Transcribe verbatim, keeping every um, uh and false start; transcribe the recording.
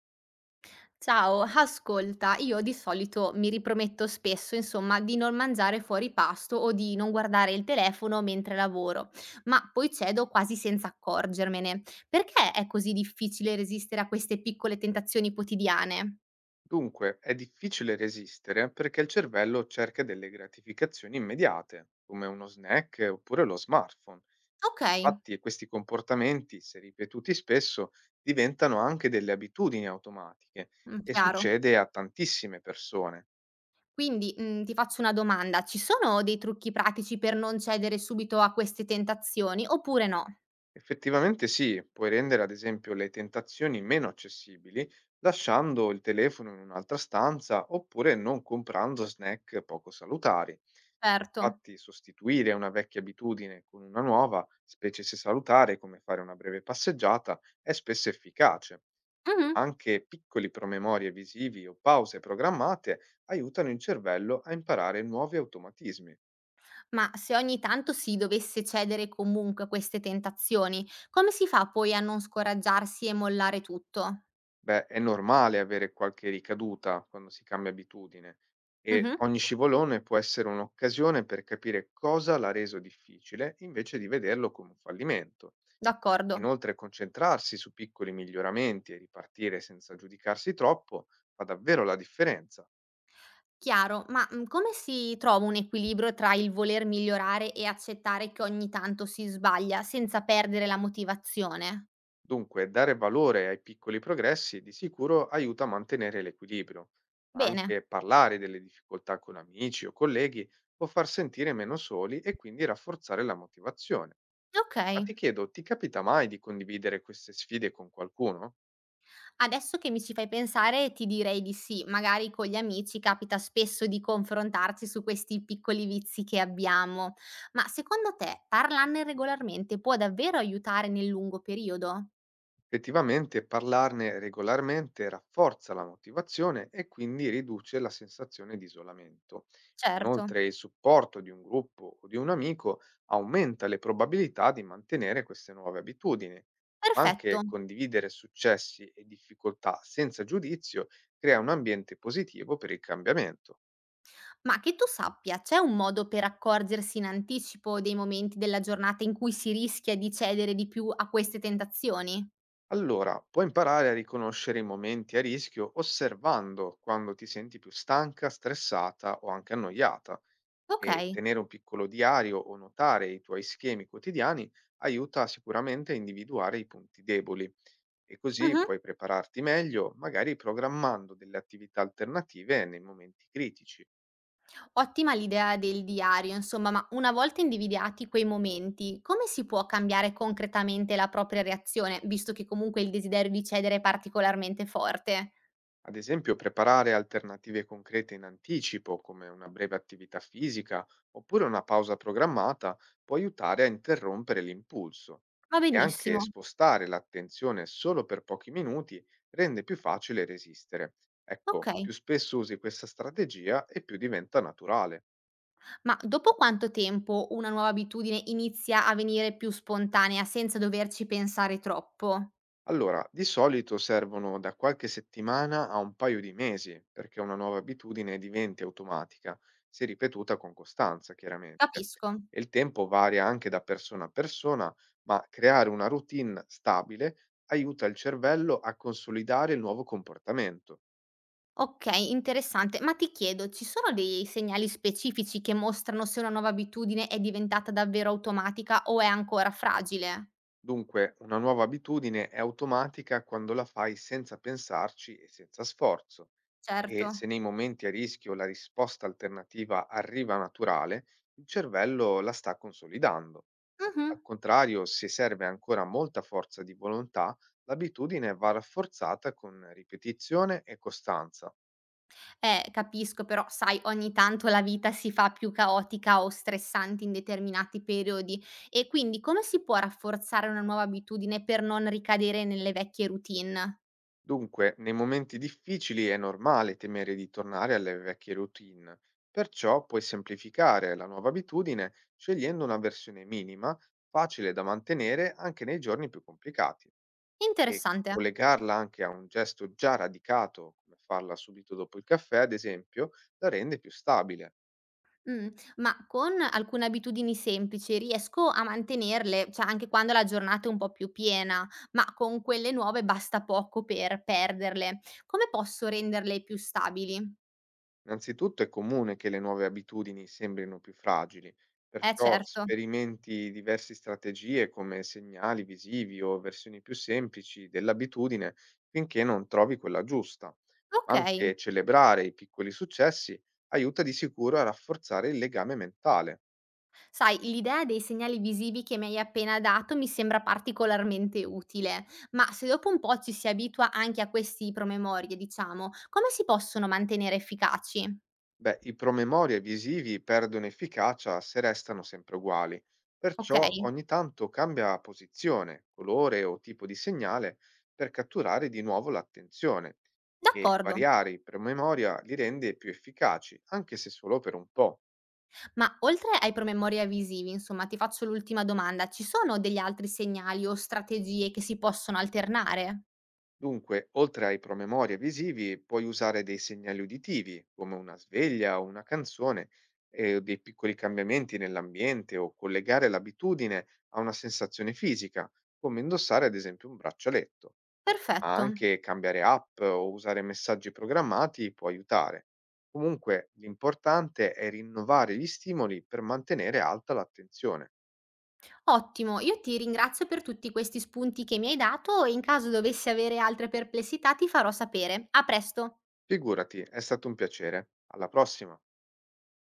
Ciao, ascolta, io di solito mi riprometto spesso, insomma, di non mangiare fuori pasto o di non guardare il telefono mentre lavoro, ma poi cedo quasi senza accorgermene. Perché è così difficile resistere a queste piccole tentazioni quotidiane? Dunque, è difficile resistere perché il cervello cerca delle gratificazioni immediate, come uno snack eh, oppure lo smartphone. Ok, Infatti, questi comportamenti, se ripetuti spesso, diventano anche delle abitudini automatiche mm, e chiaro. succede a tantissime persone. Quindi, mm, ti faccio una domanda, ci sono dei trucchi pratici per non cedere subito a queste tentazioni oppure no? Effettivamente sì, puoi rendere ad esempio le tentazioni meno accessibili lasciando il telefono in un'altra stanza oppure non comprando snack poco salutari. Certo. Infatti sostituire una vecchia abitudine con una nuova, specie se salutare come fare una breve passeggiata, è spesso efficace. Mhm. Anche piccoli promemorie visivi o pause programmate aiutano il cervello a imparare nuovi automatismi. Ma se ogni tanto si dovesse cedere comunque a queste tentazioni, come si fa poi a non scoraggiarsi e mollare tutto? Beh, è normale avere qualche ricaduta quando si cambia abitudine e Mhm, ogni scivolone può essere un'occasione per capire cosa l'ha reso difficile invece di vederlo come un fallimento. d'accordo, Inoltre concentrarsi su piccoli miglioramenti e ripartire senza giudicarsi troppo fa davvero la differenza. chiaro, ma mm, come si trova un equilibrio tra il voler migliorare e accettare che ogni tanto si sbaglia senza perdere la motivazione? Dunque, dare valore ai piccoli progressi di sicuro aiuta a mantenere l'equilibrio, ma Bene, anche parlare delle difficoltà con amici o colleghi può far sentire meno soli e quindi rafforzare la motivazione. ok. Ma ti chiedo, ti capita mai di condividere queste sfide con qualcuno? Adesso che mi ci fai pensare ti direi di sì, magari con gli amici capita spesso di confrontarci su questi piccoli vizi che abbiamo. Ma secondo te parlarne regolarmente può davvero aiutare nel lungo periodo? Effettivamente parlarne regolarmente rafforza la motivazione e quindi riduce la sensazione di isolamento. Certo. Inoltre il supporto di un gruppo o di un amico aumenta le probabilità di mantenere queste nuove abitudini. Ma Perfetto. anche condividere successi e difficoltà senza giudizio crea un ambiente positivo per il cambiamento. Ma che tu sappia, c'è un modo per accorgersi in anticipo dei momenti della giornata in cui si rischia di cedere di più a queste tentazioni? Allora, puoi imparare a riconoscere i momenti a rischio osservando quando ti senti più stanca, stressata o anche annoiata. E Ok. tenere un piccolo diario o notare i tuoi schemi quotidiani aiuta sicuramente a individuare i punti deboli e così Mhm. puoi prepararti meglio, magari programmando delle attività alternative nei momenti critici. Ottima l'idea del diario, insomma, ma una volta individuati quei momenti, come si può cambiare concretamente la propria reazione, visto che comunque il desiderio di cedere è particolarmente forte? Ad esempio, preparare alternative concrete in anticipo, come una breve attività fisica oppure una pausa programmata, può aiutare a interrompere l'impulso. Va E anche benissimo. spostare l'attenzione solo per pochi minuti rende più facile resistere. Ok, Ecco, più spesso usi questa strategia e più diventa naturale. ma dopo quanto tempo una nuova abitudine inizia a venire più spontanea senza doverci pensare troppo? Allora, di solito servono da qualche settimana a un paio di mesi perché una nuova abitudine diventi automatica, se ripetuta con costanza, chiaramente. Capisco. E il tempo varia anche da persona a persona, ma creare una routine stabile aiuta il cervello a consolidare il nuovo comportamento. Ok, interessante, ma ti chiedo, ci sono dei segnali specifici che mostrano se una nuova abitudine è diventata davvero automatica o è ancora fragile? Dunque, una nuova abitudine è automatica quando la fai senza pensarci e senza sforzo. Certo. E se nei momenti a rischio la risposta alternativa arriva naturale, il cervello la sta consolidando. Mh-mh. Al contrario, se serve ancora molta forza di volontà, l'abitudine va rafforzata con ripetizione e costanza. Eh, capisco però, sai, ogni tanto la vita si fa più caotica o stressante in determinati periodi e quindi come si può rafforzare una nuova abitudine per non ricadere nelle vecchie routine? Dunque, nei momenti difficili è normale temere di tornare alle vecchie routine, perciò puoi semplificare la nuova abitudine scegliendo una versione minima, facile da mantenere anche nei giorni più complicati. E Interessante. collegarla anche a un gesto già radicato, come farla subito dopo il caffè, ad esempio, la rende più stabile. Mh, ma con alcune abitudini semplici riesco a mantenerle, cioè anche quando la giornata è un po' più piena, ma con quelle nuove basta poco per perderle. Come posso renderle più stabili? Innanzitutto è comune che le nuove abitudini sembrino più fragili, Eh perciò certo. sperimenti diverse strategie come segnali visivi o versioni più semplici dell'abitudine finché non trovi quella giusta. Okay. Anche celebrare i piccoli successi aiuta di sicuro a rafforzare il legame mentale. Sai, l'idea dei segnali visivi che mi hai appena dato mi sembra particolarmente utile, ma se dopo un po' ci si abitua anche a questi promemorie, diciamo, come si possono mantenere efficaci? Beh, i promemoria visivi perdono efficacia se restano sempre uguali, Ok, perciò ogni tanto cambia posizione, colore o tipo di segnale per catturare di nuovo l'attenzione e d'accordo. variare i promemoria li rende più efficaci, anche se solo per un po'. Ma oltre ai promemoria visivi, insomma, ti faccio l'ultima domanda, ci sono degli altri segnali o strategie che si possono alternare? Dunque, oltre ai promemoria visivi, puoi usare dei segnali uditivi, come una sveglia o una canzone, e dei piccoli cambiamenti nell'ambiente o collegare l'abitudine a una sensazione fisica, come indossare ad esempio un braccialetto. Ma Perfetto. anche cambiare app o usare messaggi programmati può aiutare. Comunque, l'importante è rinnovare gli stimoli per mantenere alta l'attenzione. Ottimo, io ti ringrazio per tutti questi spunti che mi hai dato e in caso dovessi avere altre perplessità ti farò sapere. A presto! Figurati, è stato un piacere. Alla prossima!